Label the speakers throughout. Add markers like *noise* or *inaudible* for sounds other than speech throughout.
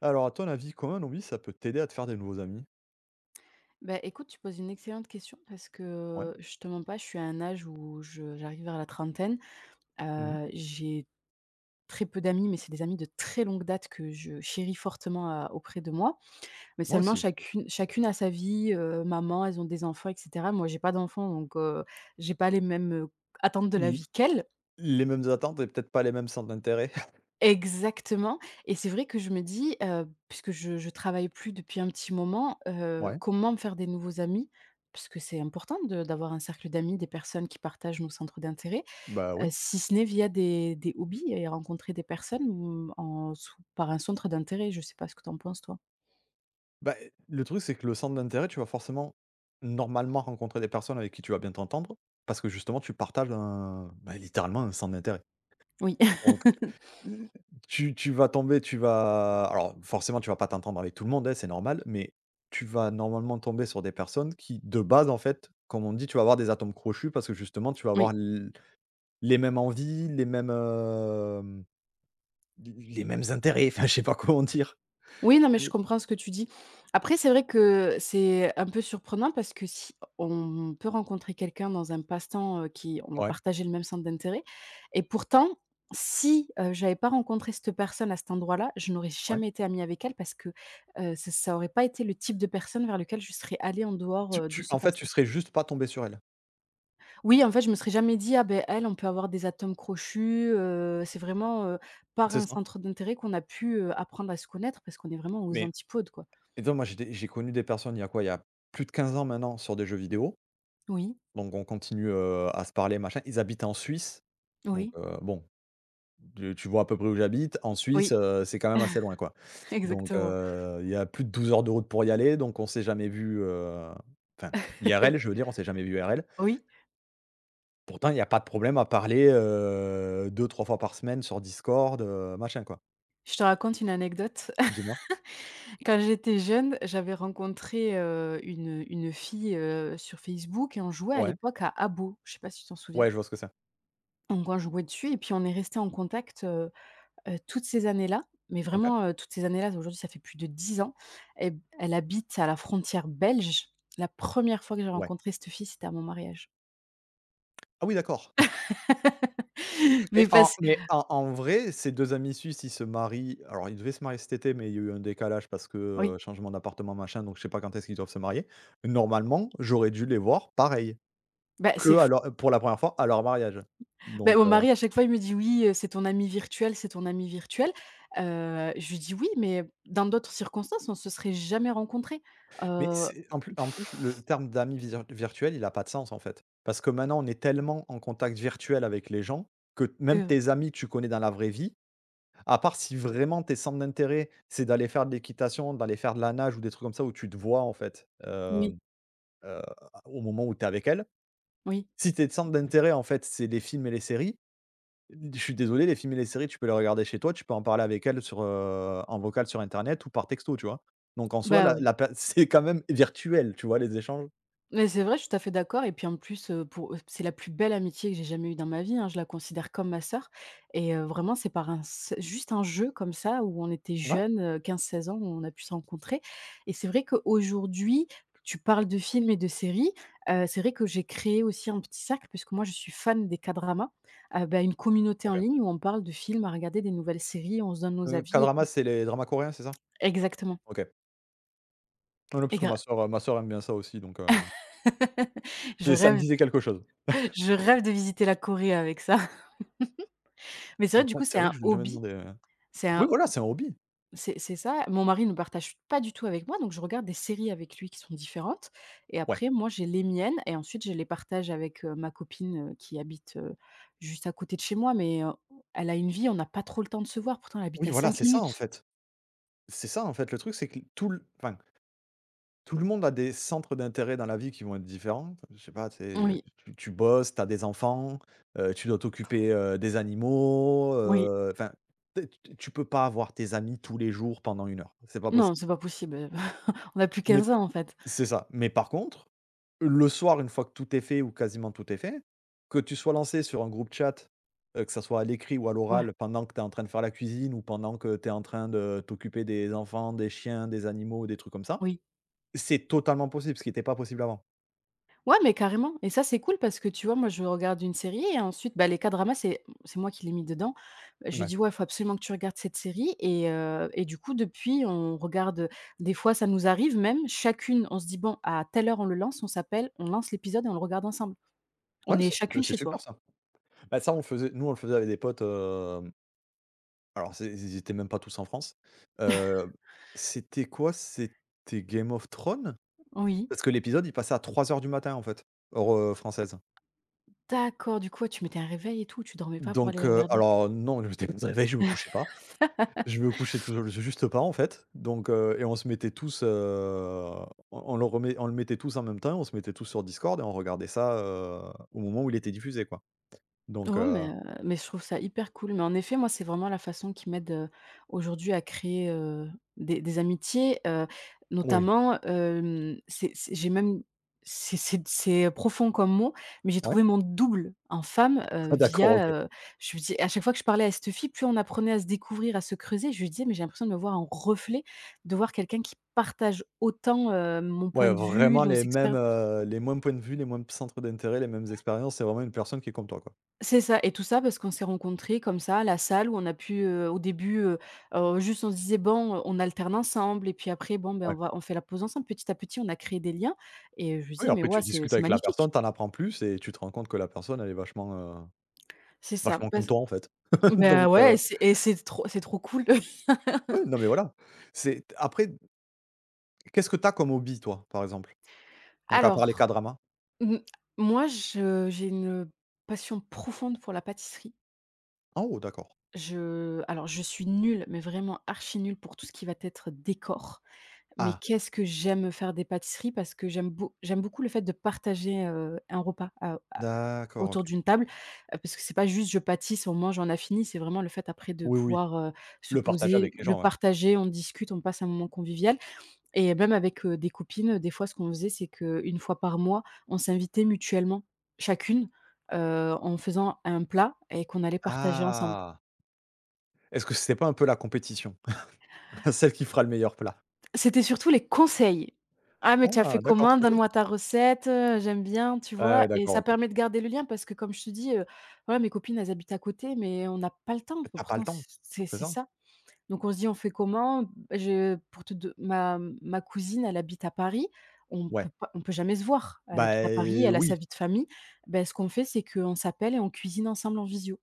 Speaker 1: Alors, à ton avis, comment un hobby, ça peut t'aider à te faire des nouveaux amis?
Speaker 2: Bah, écoute, tu poses une excellente question parce
Speaker 1: Ouais.
Speaker 2: que je te mens pas, je suis à un âge où je j'arrive vers la trentaine.
Speaker 1: Mmh.
Speaker 2: J'ai très peu d'amis, mais c'est des amis de très longue date que je chéris fortement à auprès de moi. Mais
Speaker 1: Moi
Speaker 2: seulement
Speaker 1: aussi.
Speaker 2: chacune a sa vie, maman, elles ont des enfants et cetera. Moi, j'ai pas d'enfants, donc j'ai pas les mêmes, attentes de la
Speaker 1: L
Speaker 2: vie qu'elles.
Speaker 1: les mêmes attentes et peut-être pas les mêmes centres d'intérêt. *laughs*
Speaker 2: Exactement, et c'est vrai que je me dis, puisque je travaille plus depuis un petit moment,
Speaker 1: Ouais,
Speaker 2: comment me faire des nouveaux amis? Parce que c'est important de d'avoir un cercle d'amis, des personnes qui partagent nos centres d'intérêt,
Speaker 1: bah, oui.
Speaker 2: si ce n'est via des hobbies et rencontrer des personnes, en sous par un centre d'intérêt. Je sais pas ce que tu en penses toi?
Speaker 1: Bah, eh, le truc, c'est que le centre d'intérêt, tu vas forcément, normalement, rencontrer des personnes avec qui tu vas bien t'entendre, parce que justement, tu partages un, bah, littéralement un centre d'intérêt.
Speaker 2: Oui.
Speaker 1: Donc,
Speaker 2: *laughs*
Speaker 1: heu, tu vas tomber, tu vas alors forcément, tu vas pas t'entendre avec tout le monde, hein, c'est normal, mais tu vas normalement tomber sur des personnes qui, de base, en fait, comme on dit, tu vas avoir des atomes crochus parce que justement, tu vas avoir
Speaker 2: Oui.
Speaker 1: l Les mêmes envies, les mêmes intérêts, enfin, je sais pas comment dire.
Speaker 2: Oui, non, mais je
Speaker 1: Tu
Speaker 2: comprends ce que tu dis. Après, c'est vrai que c'est un peu surprenant parce que si on peut rencontrer quelqu'un dans un passe-temps, qui on va
Speaker 1: Ouais,
Speaker 2: partager le même centre d'intérêt et pourtant, si, j'avais pas rencontré cette personne à cet endroit-là, je n'aurais
Speaker 1: ouais.
Speaker 2: jamais été amie avec elle parce que, ça aurait pas été le type de personne vers lequel je serais allée en dehors,
Speaker 1: Tu
Speaker 2: de
Speaker 1: tu
Speaker 2: ce
Speaker 1: en fait, tu
Speaker 2: passe-temps.
Speaker 1: serais juste pas tombé sur elle,
Speaker 2: Oui, en fait, je me serais jamais dit: «Ah ben elle, on peut avoir des atomes crochus», c'est vraiment, par
Speaker 1: c'est
Speaker 2: un
Speaker 1: ça.
Speaker 2: centre d'intérêt qu'on a pu, apprendre à se connaître parce qu'on est vraiment aux
Speaker 1: Mais
Speaker 2: antipodes, quoi.
Speaker 1: et donc moi, j'ai connu des personnes, il y a quoi? Il y a plus de 15 ans maintenant sur des jeux vidéo,
Speaker 2: Oui.
Speaker 1: donc on continue, à se parler, machin. Ils habitent en Suisse, donc
Speaker 2: Oui,
Speaker 1: bon, tu vois à peu près où j'habite. En Suisse,
Speaker 2: oui,
Speaker 1: c'est quand même assez loin, quoi.
Speaker 2: *laughs*
Speaker 1: Donc
Speaker 2: exactement.
Speaker 1: il y a plus de 12 heures de route pour y aller, donc on s'est jamais vu. Enfin, IRL, je
Speaker 2: *laughs*
Speaker 1: veux dire, on s'est jamais vus IRL.
Speaker 2: Oui,
Speaker 1: Pourtant, il y a pas de problème à parler, 2-3 fois par semaine sur Discord, machin, quoi.
Speaker 2: je te raconte une anecdote.
Speaker 1: Dis-moi?
Speaker 2: *laughs* Quand j'étais jeune, j'avais rencontré, une fille, sur Facebook et on jouait à
Speaker 1: Ouais.
Speaker 2: l'époque à Habbo, je sais pas si tu t'en souviens?
Speaker 1: Ouais, je vois ce que c'est.
Speaker 2: Donc on jouait dessus et puis on est resté en contact, toutes ces années-là, mais
Speaker 1: OK.
Speaker 2: vraiment, toutes ces années-là, aujourd'hui ça fait plus de 10 ans et elle habite à la frontière belge. La première fois que j'ai
Speaker 1: Ouais.
Speaker 2: rencontré cette fille, c'était à mon mariage.
Speaker 1: Ah oui, d'accord. *laughs*
Speaker 2: *laughs* Mais
Speaker 1: Mais en
Speaker 2: parce que
Speaker 1: mais en en vrai, ces 2 amis suisses, ils se marient alors ils devaient se marier cet été, mais il y a eu un décalage parce que,
Speaker 2: oui,
Speaker 1: changement d'appartement, machin, donc je sais pas quand est-ce qu'ils doivent se marier. Normalement, j'aurais dû les voir pareil,
Speaker 2: bah,
Speaker 1: que
Speaker 2: c'est.
Speaker 1: à pour la première fois à leur mariage.
Speaker 2: Beh,
Speaker 1: Donc
Speaker 2: mon mari, à chaque fois, il me dit: «Oui, c'est ton ami virtuel, c'est ton ami virtuel». Je lui dis: «Oui, mais dans d'autres circonstances, on se serait jamais rencontrés».
Speaker 1: Mais
Speaker 2: Heu,
Speaker 1: c'est en plus le terme d'ami visir virtuel, il a pas de sens, en fait. Parce que maintenant, on est tellement en contact virtuel avec les gens que t même
Speaker 2: heu,
Speaker 1: tes amis que tu connais dans la vraie vie, à part si vraiment tes centres d'intérêt, c'est d'aller faire de l'équitation, d'aller faire de la nage ou des trucs comme ça où tu te vois, en fait,
Speaker 2: oui,
Speaker 1: heu, au moment où tu es avec elle.
Speaker 2: oui.
Speaker 1: Si tes centres d'intérêt, en fait, c'est les films et les séries, je suis désolé, les films et les séries, tu peux les regarder chez toi, tu peux en parler avec elle sur, en vocal sur internet ou par texto, tu vois? Donc en soi,
Speaker 2: Bah,
Speaker 1: la
Speaker 2: oui.
Speaker 1: la per *laughs* c'est quand même virtuel, tu vois, les échanges?
Speaker 2: Mais c'est vrai, je suis tout à fait d'accord et puis en plus, pour c'est la plus belle amitié que j'ai jamais eue dans ma vie, hein. Je la considère comme ma sœur et vraiment c'est par un s juste un jeu comme ça où on était
Speaker 1: Ouais?
Speaker 2: jeunes, 15-16 ans, on a pu se rencontrer et c'est vrai qu'aujourd'hui, tu parles de films et de séries, c'est vrai que j'ai créé aussi un petit cercle puisque moi je suis fan des K-dramas, bah, une communauté en
Speaker 1: OK.
Speaker 2: ligne où on parle de films à regarder, des nouvelles séries, on se donne nos avis et
Speaker 1: K-drama,
Speaker 2: tout.
Speaker 1: c'est les dramas coréens, c'est ça?
Speaker 2: Exactement,
Speaker 1: OK. Non, non, parce
Speaker 2: et
Speaker 1: que
Speaker 2: gra
Speaker 1: ma sœur aime bien ça aussi, donc
Speaker 2: *laughs* je
Speaker 1: c'est ça me
Speaker 2: rêve
Speaker 1: disait quelque chose.
Speaker 2: je rêve de visiter la Corée avec ça. Mais c'est vrai, du
Speaker 1: Putain,
Speaker 2: coup,
Speaker 1: c'est
Speaker 2: c'est
Speaker 1: vrai que
Speaker 2: un
Speaker 1: je lui ai jamais
Speaker 2: hobby,
Speaker 1: demandé,
Speaker 2: c'est
Speaker 1: oui,
Speaker 2: un
Speaker 1: voilà, c'est un hobby.
Speaker 2: c'est ça. Mon mari ne partage pas du tout avec moi, donc je regarde des séries avec lui qui sont différentes et
Speaker 1: Ouais.
Speaker 2: après moi, j'ai les miennes et ensuite je les partage avec, ma copine, qui habite, juste à côté de chez moi, mais elle a une vie, on n'a pas trop le temps de se voir, pourtant elle habite
Speaker 1: Oui,
Speaker 2: à
Speaker 1: voilà,
Speaker 2: cinq
Speaker 1: c'est ça, en
Speaker 2: minutes.
Speaker 1: fait. C'est ça, en fait, le truc, c'est que tout le, enfin, tout le monde a des centres d'intérêt dans la vie qui vont être différents. Je sais pas, tu
Speaker 2: Oui,
Speaker 1: tu tu bosses, tu as des enfants, tu dois t'occuper, des animaux,
Speaker 2: oui.
Speaker 1: enfin, tu sais, tu peux pas avoir tes amis tous les jours pendant une heure. C'est pas
Speaker 2: Non,
Speaker 1: possible.
Speaker 2: c'est pas possible, *laughs* on a plus
Speaker 1: Mais
Speaker 2: 15 ans, en fait.
Speaker 1: C'est ça. Mais par contre, le soir, une fois que tout est fait ou quasiment tout est fait, que tu sois lancé sur un groupe chat, que ça soit à l'écrit ou à
Speaker 2: Ouais,
Speaker 1: l'oral, pendant que tu es en train de faire la cuisine ou pendant que tu es en train de t'occuper des enfants, des chiens, des animaux, des trucs comme ça,
Speaker 2: oui.
Speaker 1: c'est totalement possible, ce qui était pas possible avant.
Speaker 2: Ouais, mais carrément, et ça, c'est cool parce que tu vois, moi, je regarde une série et ensuite, bah, les K-dramas, c'est moi qui l'ai mis dedans. Bah, je lui
Speaker 1: Ouais.
Speaker 2: dis, «Ouais, il faut absolument que tu regardes cette série» et du coup, depuis, on regarde, des fois, ça nous arrive même, chacune, on se dit: «Bon, à telle heure, on le lance», on s'appelle, on lance l'épisode et on le regarde ensemble. On
Speaker 1: Ouais,
Speaker 2: est
Speaker 1: ça, c'est
Speaker 2: chacune
Speaker 1: c'est
Speaker 2: chez
Speaker 1: super
Speaker 2: soi.
Speaker 1: ça. Bah, ça, on le faisait nous, on le faisait avec des potes, alors c'est ils étaient même pas tous en France. Heu, C'était quoi? C'était Game of Thrones?
Speaker 2: Oui.
Speaker 1: Parce que l'épisode, il passait à 3 heures du matin, en fait, heure, française.
Speaker 2: D'accord, du coup, ouais, tu mettais un réveil et tout, tu dormais pas pour aller
Speaker 1: Donc
Speaker 2: le regarder?
Speaker 1: alors non, je m'étais pas *laughs* de réveil, je me couchais pas. Je me couchais tou juste pas en fait, donc et on se mettait tous, on le mettait tous en même temps, on se mettait tous sur Discord et on regardait ça, au moment où il était diffusé quoi. Donc
Speaker 2: Ouais,
Speaker 1: heu
Speaker 2: mais je trouve ça hyper cool. Mais en effet, moi, c'est vraiment la façon qui m'aide, aujourd'hui à créer, des amitiés,
Speaker 1: Oui.
Speaker 2: notamment, c'est j'ai même c'est profond comme mot, mais j'ai
Speaker 1: Ouais?
Speaker 2: trouvé mon double en femme,
Speaker 1: *laughs* Ah d'accord, OK.
Speaker 2: via, je me dis à chaque fois que je parlais à cette fille, plus on apprenait à se découvrir, à se creuser, je lui disais: «Mais j'ai l'impression de me voir en reflet, de voir quelqu'un qui partage autant, mon point
Speaker 1: Ouais,
Speaker 2: de vue,
Speaker 1: vraiment
Speaker 2: nos
Speaker 1: les mêmes,
Speaker 2: expériences».
Speaker 1: heu, les mêmes points de vue, les mêmes centres d'intérêt, les mêmes expériences, c'est vraiment une personne qui est comme toi, quoi.
Speaker 2: C'est ça, et tout ça parce qu'on s'est rencontrés comme ça à la salle où on a pu, au début, juste on se disait: «Bon, on alterne ensemble» et puis après bon, ben,
Speaker 1: Ouais.
Speaker 2: on fait la pause ensemble. Petit à petit, on a créé des liens et je lui
Speaker 1: Oui,
Speaker 2: disais: «Mais
Speaker 1: après
Speaker 2: ouais,
Speaker 1: tu
Speaker 2: c'est
Speaker 1: discutes
Speaker 2: c'est
Speaker 1: avec la personne,
Speaker 2: magnifique!»
Speaker 1: tu en apprends plus et tu te rends compte que la personne elle est vachement, heu,
Speaker 2: C'est ça,
Speaker 1: vachement comme
Speaker 2: parce
Speaker 1: toi en fait. *laughs* Donc
Speaker 2: Bah,
Speaker 1: heu
Speaker 2: ouais, c'est trop cool.
Speaker 1: Ouais, non
Speaker 2: *laughs*
Speaker 1: mais voilà. C'est après, qu'est-ce que t'as comme hobby toi, par exemple? Donc à part
Speaker 2: Alors,
Speaker 1: les K-dramas?
Speaker 2: mmh, moi je j'ai une passion profonde pour la pâtisserie.
Speaker 1: Ah oh d'accord.
Speaker 2: Je suis nulle, mais vraiment archi nulle pour tout ce qui va être décor. Mais
Speaker 1: Ah,
Speaker 2: qu'est-ce que j'aime faire des pâtisseries parce que j'aime beaucoup le fait de partager, un repas,
Speaker 1: d'accord, OK.
Speaker 2: autour d'une table, parce que c'est pas juste je pâtisse, on mange, on a fini, c'est vraiment le fait après de
Speaker 1: Oui, oui,
Speaker 2: pouvoir, se
Speaker 1: le partager
Speaker 2: poser,
Speaker 1: avec les
Speaker 2: le
Speaker 1: gens, ouais.
Speaker 2: partager, on discute, on passe un moment convivial et même avec, des copines, des fois ce qu'on faisait, c'est qu'une fois par mois, on s'invitait mutuellement, chacune, en faisant un plat et qu'on allait partager ensemble.
Speaker 1: Ah! Est-ce que c'est pas un peu la compétition? *laughs* Celle qui fera le meilleur plat?
Speaker 2: C'était surtout les conseils. «Ah, mais tu as fait
Speaker 1: Ah d'accord,
Speaker 2: comment?
Speaker 1: OK.
Speaker 2: Donne-moi ta recette, j'aime bien», tu
Speaker 1: Ah
Speaker 2: vois?
Speaker 1: ouais,
Speaker 2: Et
Speaker 1: d'accord,
Speaker 2: ça
Speaker 1: OK.
Speaker 2: permet de garder le lien parce que comme je te dis, voilà, mes copines, elles habitent à côté, mais on n'a pas le temps. Enfin,
Speaker 1: T'as pas le
Speaker 2: pourtant, c
Speaker 1: temps,
Speaker 2: c'est
Speaker 1: c'est
Speaker 2: c'est
Speaker 1: ça?
Speaker 2: ça. Donc on se dit: «On fait comment?» je pour te do Ma cousine, elle habite à Paris.
Speaker 1: Ouais.
Speaker 2: On peut jamais se voir. Elle
Speaker 1: Bah,
Speaker 2: habite à Paris, elle a
Speaker 1: oui,
Speaker 2: sa vie de famille. Beh, ce qu'on fait, c'est qu'on s'appelle et on cuisine ensemble en visio.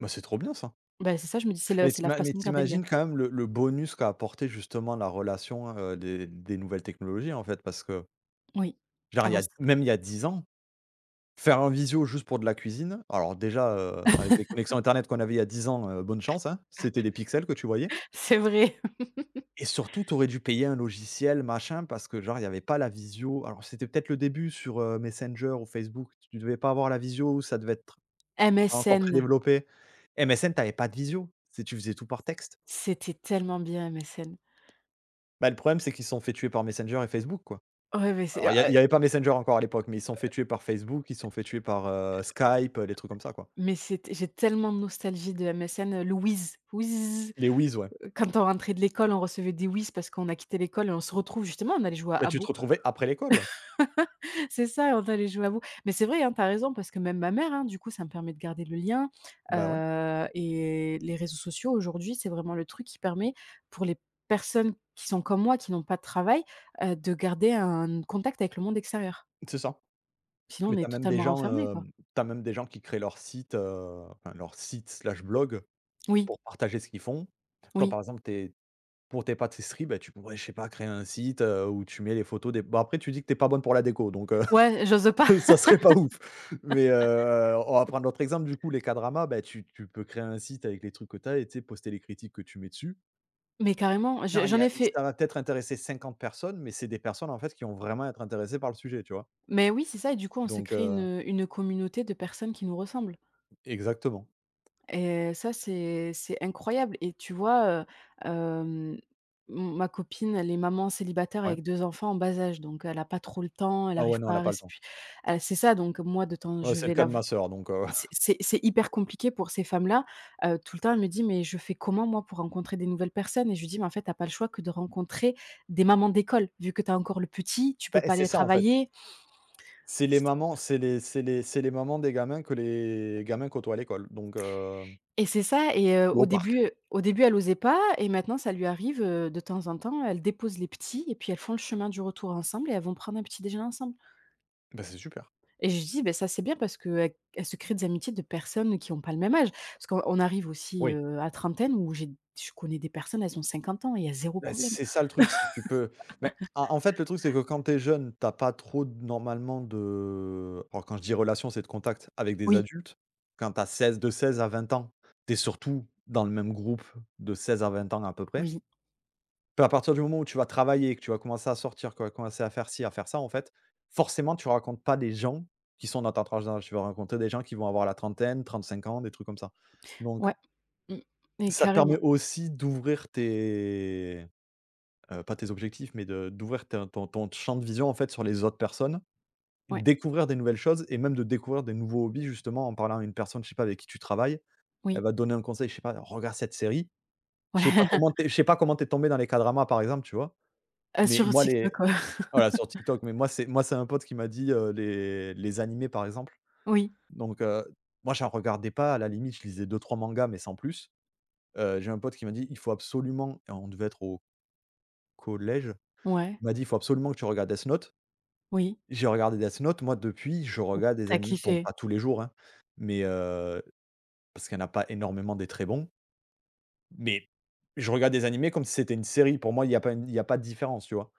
Speaker 1: bah, c'est trop bien ça.
Speaker 2: Bah, c'est ça, je me dis,
Speaker 1: Mais
Speaker 2: c'est
Speaker 1: tu
Speaker 2: la
Speaker 1: mais
Speaker 2: façon de garder le lien.
Speaker 1: t'imagines quand même le bonus qu'a apporté justement la relation, des nouvelles technologies en fait, parce que
Speaker 2: Oui.
Speaker 1: genre
Speaker 2: Avant
Speaker 1: il y a 10 ans. Faire un visio juste pour de la cuisine, alors déjà, avec les connexions internet qu'on avait il y a 10 ans, bonne chance, hein, c'était des pixels que tu voyais
Speaker 2: c'est vrai.
Speaker 1: et surtout, tu aurais dû payer un logiciel, machin, parce que genre, il y avait pas la visio. Alors, c'était peut-être le début sur, Messenger ou Facebook, tu devais pas avoir la visio ou ça devait être
Speaker 2: *laughs*
Speaker 1: pas encore très
Speaker 2: MSN.
Speaker 1: développé. MSN, tu avais pas de visio, c'est tu faisais tout par texte.
Speaker 2: C'était tellement bien MSN.
Speaker 1: Bah, le problème, c'est qu'ils se sont fait tuer par Messenger et Facebook, quoi.
Speaker 2: Ouais, mais c'est
Speaker 1: Alors
Speaker 2: ah,
Speaker 1: il
Speaker 2: ouais,
Speaker 1: y avait pas Messenger encore à l'époque, mais ils se sont fait tuer par Facebook, ils se sont fait tuer par, Skype, les trucs comme ça, quoi.
Speaker 2: mais c'était j'ai tellement de nostalgie de MSN, le whiz. Whiz.
Speaker 1: Les Wiz, ouais.
Speaker 2: Quand on rentrait de l'école, on recevait des whiz parce qu'on a quitté l'école et on se retrouve justement, on allait jouer à
Speaker 1: Bah, tu te
Speaker 2: Habbo.
Speaker 1: retrouvais après l'école, ouais.
Speaker 2: *laughs* C'est ça, on allait jouer à Habbo. Mais c'est vrai, hein, tu as raison parce que même ma mère, hein, du coup, ça me permet de garder le lien,
Speaker 1: Bah, ouais,
Speaker 2: et les réseaux sociaux aujourd'hui, c'est vraiment le truc qui permet pour les personnes qui sont comme moi, qui n'ont pas de travail, de garder un contact avec le monde extérieur.
Speaker 1: c'est ça.
Speaker 2: Sinon,
Speaker 1: Mais
Speaker 2: on
Speaker 1: t'as
Speaker 2: est
Speaker 1: même des
Speaker 2: totalement
Speaker 1: gens,
Speaker 2: renfermés, quoi.
Speaker 1: hem, tu même des gens qui créent leur site, enfin leur site/blog slash blog
Speaker 2: Oui,
Speaker 1: pour partager ce qu'ils font. Toi,
Speaker 2: oui.
Speaker 1: par exemple, t'es pour tes pâtisseries, bah, tu pourrais, je sais pas, créer un site, où tu mets les photos des bon, après tu dis que t'es pas bonne pour la déco, donc
Speaker 2: Ouais, j'ose pas,
Speaker 1: *laughs* ça serait pas ouf. Mais on va prendre l'autre exemple, du coup, les K-dramas, bah, tu peux créer un site avec les trucs que t'as et tu sais, poster les critiques que tu mets dessus.
Speaker 2: *laughs* mais carrément,
Speaker 1: Genre,
Speaker 2: je
Speaker 1: il y
Speaker 2: j'en
Speaker 1: a
Speaker 2: ai
Speaker 1: ça
Speaker 2: fait,
Speaker 1: va peut-être intéresser 50 personnes, mais c'est des personnes, en fait, qui vont vraiment être intéressées par le sujet, tu vois?
Speaker 2: mais oui, c'est ça et du coup, on s'est
Speaker 1: Donc
Speaker 2: créé une communauté de personnes qui nous ressemblent
Speaker 1: exactement.
Speaker 2: et ça, c'est incroyable et tu vois, hem, m ma copine, elle est maman célibataire
Speaker 1: Ouais.
Speaker 2: avec 2 enfants en bas âge, donc elle a pas trop le temps, elle
Speaker 1: Ah ouais,
Speaker 2: arrive
Speaker 1: non,
Speaker 2: pas
Speaker 1: elle a
Speaker 2: à
Speaker 1: pas le temps.
Speaker 2: respi c'est ça, donc moi, de temps
Speaker 1: Ouais,
Speaker 2: je
Speaker 1: c'est le
Speaker 2: vais
Speaker 1: cas
Speaker 2: la
Speaker 1: de ma sœur donc
Speaker 2: C'est
Speaker 1: *laughs*
Speaker 2: c'est c'est hyper compliqué pour ces femmes-là. Tout le temps, elle me dit: «Mais je fais comment moi pour rencontrer des nouvelles personnes?» et je lui dis: «Mais en fait, t'as pas le choix que de rencontrer des mamans d'école, vu que tu as encore le petit, tu
Speaker 1: bah,
Speaker 2: peux pas
Speaker 1: c'est
Speaker 2: aller
Speaker 1: ça, en fait.
Speaker 2: travailler».
Speaker 1: C'est les
Speaker 2: C
Speaker 1: mamans c'est les mamans des gamins que les gamins côtoient à l'école donc
Speaker 2: Et c'est ça et
Speaker 1: ou au
Speaker 2: au
Speaker 1: parc.
Speaker 2: début, au début, elle osait pas et maintenant ça lui arrive, de temps en temps. Elle dépose les petits et puis elles font le chemin du retour ensemble et elles vont prendre un petit déjeuner ensemble
Speaker 1: Bah, c'est super.
Speaker 2: et je dis: «Ben ça, c'est bien parce qu'elles se créent des amitiés de personnes qui ont pas le même âge». Parce qu'on arrive aussi,
Speaker 1: Oui,
Speaker 2: à trentaine où j'ai je connais des personnes, elles ont 50 ans et il y a zéro
Speaker 1: bah,
Speaker 2: problème.
Speaker 1: c'est ça le truc, c'est que tu peux mais en en fait, le truc, c'est que quand tu es jeune, tu as pas trop d normalement de alors quand je dis relation, c'est de contact avec des
Speaker 2: Oui,
Speaker 1: adultes. Quand tu as 16 de 16 à 20 ans, tu es surtout dans le même groupe de 16 à 20 ans à peu près.
Speaker 2: oui,
Speaker 1: Bah, à partir du moment où tu vas travailler, que tu vas commencer à sortir, que tu vas commencer à faire ci, à faire ça, en fait, forcément, tu rencontres pas des gens qui sont dans ta tranche d'âge. Tu vas rencontrer des gens qui vont avoir la trentaine, 35 ans, des trucs comme ça. Donc,
Speaker 2: ouais, mmh, mais
Speaker 1: ça te permet
Speaker 2: carrément,
Speaker 1: aussi d'ouvrir tes pas tes objectifs, mais de d'ouvrir te ton ton champ de vision, en fait, sur les autres personnes,
Speaker 2: ouais,
Speaker 1: découvrir des nouvelles choses et même de découvrir des nouveaux hobbies, justement, en parlant à une personne, je sais pas, avec qui tu travailles. Elle
Speaker 2: oui,
Speaker 1: va te donner un conseil, je sais pas: «Regarde cette série».
Speaker 2: ouais,
Speaker 1: Je sais pas
Speaker 2: *laughs*
Speaker 1: comment tu je sais pas comment t'es tombé dans les k par exemple, tu vois? Mais
Speaker 2: sur
Speaker 1: moi les
Speaker 2: TikTok, ouais.
Speaker 1: Voilà, sur TikTok, mais moi, c'est un pote qui m'a dit, les animés, par exemple.
Speaker 2: Oui,
Speaker 1: Donc, moi, j'en regardais pas, à la limite, je lisais deux trois mangas, mais sans plus. J'ai un pote qui m'a dit: «Il faut absolument» on devait être au collège.
Speaker 2: ouais,
Speaker 1: Il m'a dit: «Il faut absolument que tu regardes Death Note».
Speaker 2: oui,
Speaker 1: J'ai regardé Death Note, moi, depuis, je regarde des
Speaker 2: tu as
Speaker 1: animés bon,
Speaker 2: kiffé.
Speaker 1: pas tous les jours, hein, mais, parce qu'il n'y en a pas énormément des très bons, mais je regarde des animés comme si c'était une série. Pour moi, il y a pas une il y a pas de différence, tu vois?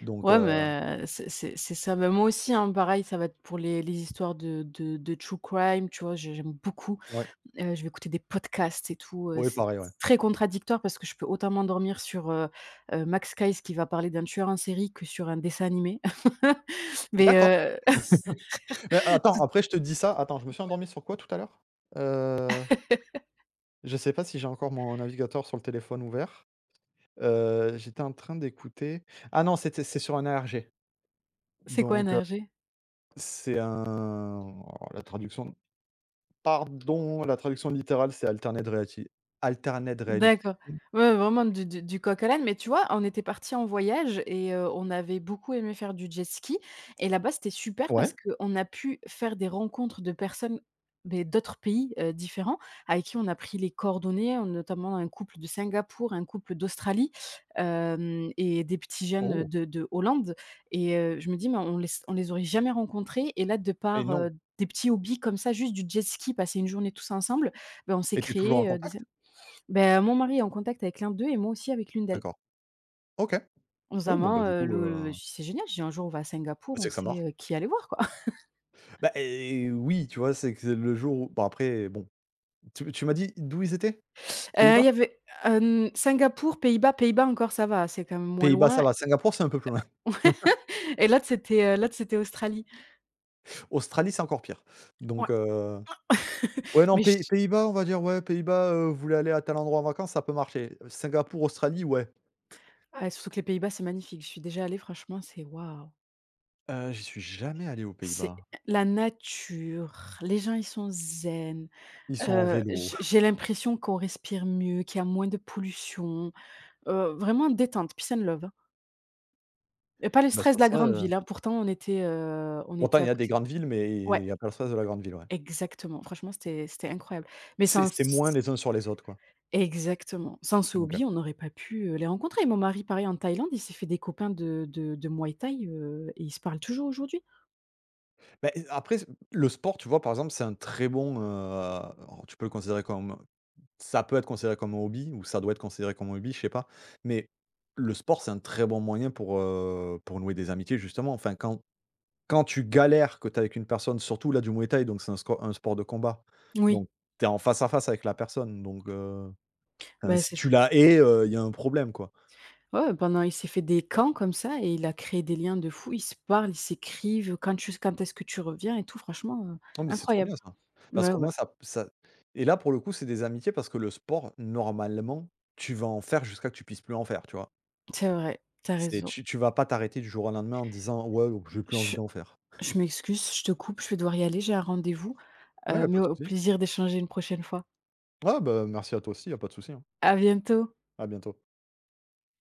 Speaker 1: Donc,
Speaker 2: Ouais, mais c'est ça. Bah, moi aussi, hein, pareil, ça va être pour les histoires de true crime, tu vois? J'aime beaucoup,
Speaker 1: ouais.
Speaker 2: je vais écouter des podcasts et tout,
Speaker 1: Ouais,
Speaker 2: c'est
Speaker 1: pareil, ouais.
Speaker 2: très contradictoire parce que je peux autant m'endormir sur, Max Keis qui va parler d'un tueur en série que sur un dessin animé. *laughs* Mais
Speaker 1: D'accord. Mais attends,
Speaker 2: tout
Speaker 1: après je te dis ça, attends, je me suis endormi sur quoi tout à l'heure? Heu, je sais pas si j'ai encore mon navigateur sur le téléphone ouvert. J'étais en train d'écouter ah non, c'est sur un ARG.
Speaker 2: C'est quoi
Speaker 1: Donc
Speaker 2: NRJ?
Speaker 1: c'est un oh la traduction pardon, la traduction littérale, c'est Alternate Reality Alternate Reality.
Speaker 2: D'accord. Ouais, ouais, vraiment du coq à l'âne, mais tu vois, on était partis en voyage et on avait beaucoup aimé faire du jet ski et là-bas, c'était super
Speaker 1: Ouais.
Speaker 2: parce qu'on a pu faire des rencontres de personnes, beh, d'autres pays, différents avec qui on a pris les coordonnées, notamment un couple de Singapour, un couple d'Australie, hem et des petits jeunes,
Speaker 1: Oh,
Speaker 2: de Hollande et je me dis: «Mais on les aurait jamais rencontrés» et là, de
Speaker 1: mais
Speaker 2: par,
Speaker 1: non
Speaker 2: des petits hobbies comme ça, juste du jet ski, passer une journée tous ensemble, bah, on s'est
Speaker 1: et tu toujours en
Speaker 2: créé, des
Speaker 1: contact?
Speaker 2: ben, mon mari est en contact avec l'un d'eux et moi aussi avec l'une d'elles.
Speaker 1: D'accord. OK.
Speaker 2: On se dit:
Speaker 1: Oui,
Speaker 2: «Ah
Speaker 1: bon, bah,
Speaker 2: maman,
Speaker 1: du coup,
Speaker 2: le»,
Speaker 1: bah,
Speaker 2: je dis: «C'est génial», J'ai «Un jour on va à Singapour,
Speaker 1: c'est
Speaker 2: on
Speaker 1: que ça
Speaker 2: sait,
Speaker 1: marche.
Speaker 2: qui aller voir quoi». *laughs*
Speaker 1: Bah et oui, tu vois? C'est que le jour où bon après bon, tu m'as dit d'où ils étaient?
Speaker 2: Il y
Speaker 1: Pays-Bas?
Speaker 2: avait, Singapour, Pays-Bas. Pays-Bas encore ça va, c'est quand même moins
Speaker 1: Pays-Bas, ça
Speaker 2: loin.
Speaker 1: va. Singapour, c'est un peu plus loin.
Speaker 2: *laughs* Et là, l'autre c'était Australie.
Speaker 1: *laughs* Australie, c'est encore pire.
Speaker 2: Ouais,
Speaker 1: Donc, ouais,
Speaker 2: *laughs*
Speaker 1: non,
Speaker 2: mais je
Speaker 1: Pays-Bas, on va dire, ouais, Pays-Bas, vous voulez aller à tel endroit en vacances, ça peut marcher. Singapour, Australie, ouais.
Speaker 2: ouais, surtout que les Pays-Bas, c'est magnifique. Je suis déjà allée, franchement, c'est waouh!
Speaker 1: J'y suis jamais allé aux
Speaker 2: C'est
Speaker 1: Pays-Bas.
Speaker 2: la nature, les gens ils sont zen,
Speaker 1: Ils sont en vélo.
Speaker 2: j'ai
Speaker 1: *laughs*
Speaker 2: l'impression qu'on respire mieux, qu'il y a moins de pollution, vraiment détente, peace and love, hein. Et pas le
Speaker 1: Bah,
Speaker 2: stress
Speaker 1: ça
Speaker 2: de
Speaker 1: se
Speaker 2: la grande
Speaker 1: voit,
Speaker 2: ville, hein, pourtant on était, heu, on
Speaker 1: pourtant
Speaker 2: était
Speaker 1: il y
Speaker 2: à
Speaker 1: a des
Speaker 2: côté,
Speaker 1: grandes villes, mais
Speaker 2: ouais,
Speaker 1: il n'y a pas le stress de la grande ville, ouais.
Speaker 2: exactement. Franchement, c'était incroyable. Mais
Speaker 1: C'est
Speaker 2: sans
Speaker 1: c'est moins
Speaker 2: c
Speaker 1: les uns sur les autres, quoi.
Speaker 2: Exactement. Sans ce
Speaker 1: OK.
Speaker 2: hobby, on n'aurait pas pu, les rencontrer. Mon mari, pareil, en Thaïlande, il s'est fait des copains de muay thaï, et ils se parlent toujours aujourd'hui.
Speaker 1: Beh, après, le sport, tu vois, par exemple, c'est un très bon, alors tu peux le considérer comme Ça peut être considéré comme un hobby ou ça doit être considéré comme un hobby, je sais pas. Mais le sport, c'est un très bon moyen pour nouer des amitiés justement. Enfin, quand quand tu galères, que tu es avec une personne, surtout là du muay thai donc c'est un sco un sport de combat.
Speaker 2: Oui,
Speaker 1: Donc tu es en face à face avec la personne, donc enfin
Speaker 2: bah,
Speaker 1: si
Speaker 2: c'est
Speaker 1: tu
Speaker 2: ça.
Speaker 1: la hais, il y a un problème quoi.
Speaker 2: Ouais, ouais, pendant il s'est fait des camps comme ça et il a créé des liens de fou. Ils se parlent, ils s'écrivent, quand est-ce que tu reviens et tout, franchement,
Speaker 1: Non mais c'est trop
Speaker 2: incroyable.
Speaker 1: bien ça. Parce
Speaker 2: Bah,
Speaker 1: qu'au
Speaker 2: ouais,
Speaker 1: moins ça ça et là pour le coup, c'est des amitiés parce que le sport, normalement, tu vas en faire jusqu'à que tu puisses plus en faire, tu vois?
Speaker 2: c'est vrai, tu as
Speaker 1: C'est
Speaker 2: raison.
Speaker 1: tu vas pas t'arrêter du jour au lendemain en te disant: «Ouais, j'ai plus envie
Speaker 2: Je
Speaker 1: d'en faire».
Speaker 2: je m'excuse, je te coupe, je vais devoir y aller, j'ai un rendez-vous.
Speaker 1: Ouais, y a pas
Speaker 2: Mais
Speaker 1: de
Speaker 2: au
Speaker 1: souci.
Speaker 2: plaisir d'échanger une prochaine fois.
Speaker 1: Ouais, bah, merci à toi aussi, y a pas de souci, hein.
Speaker 2: À bientôt.
Speaker 1: À bientôt.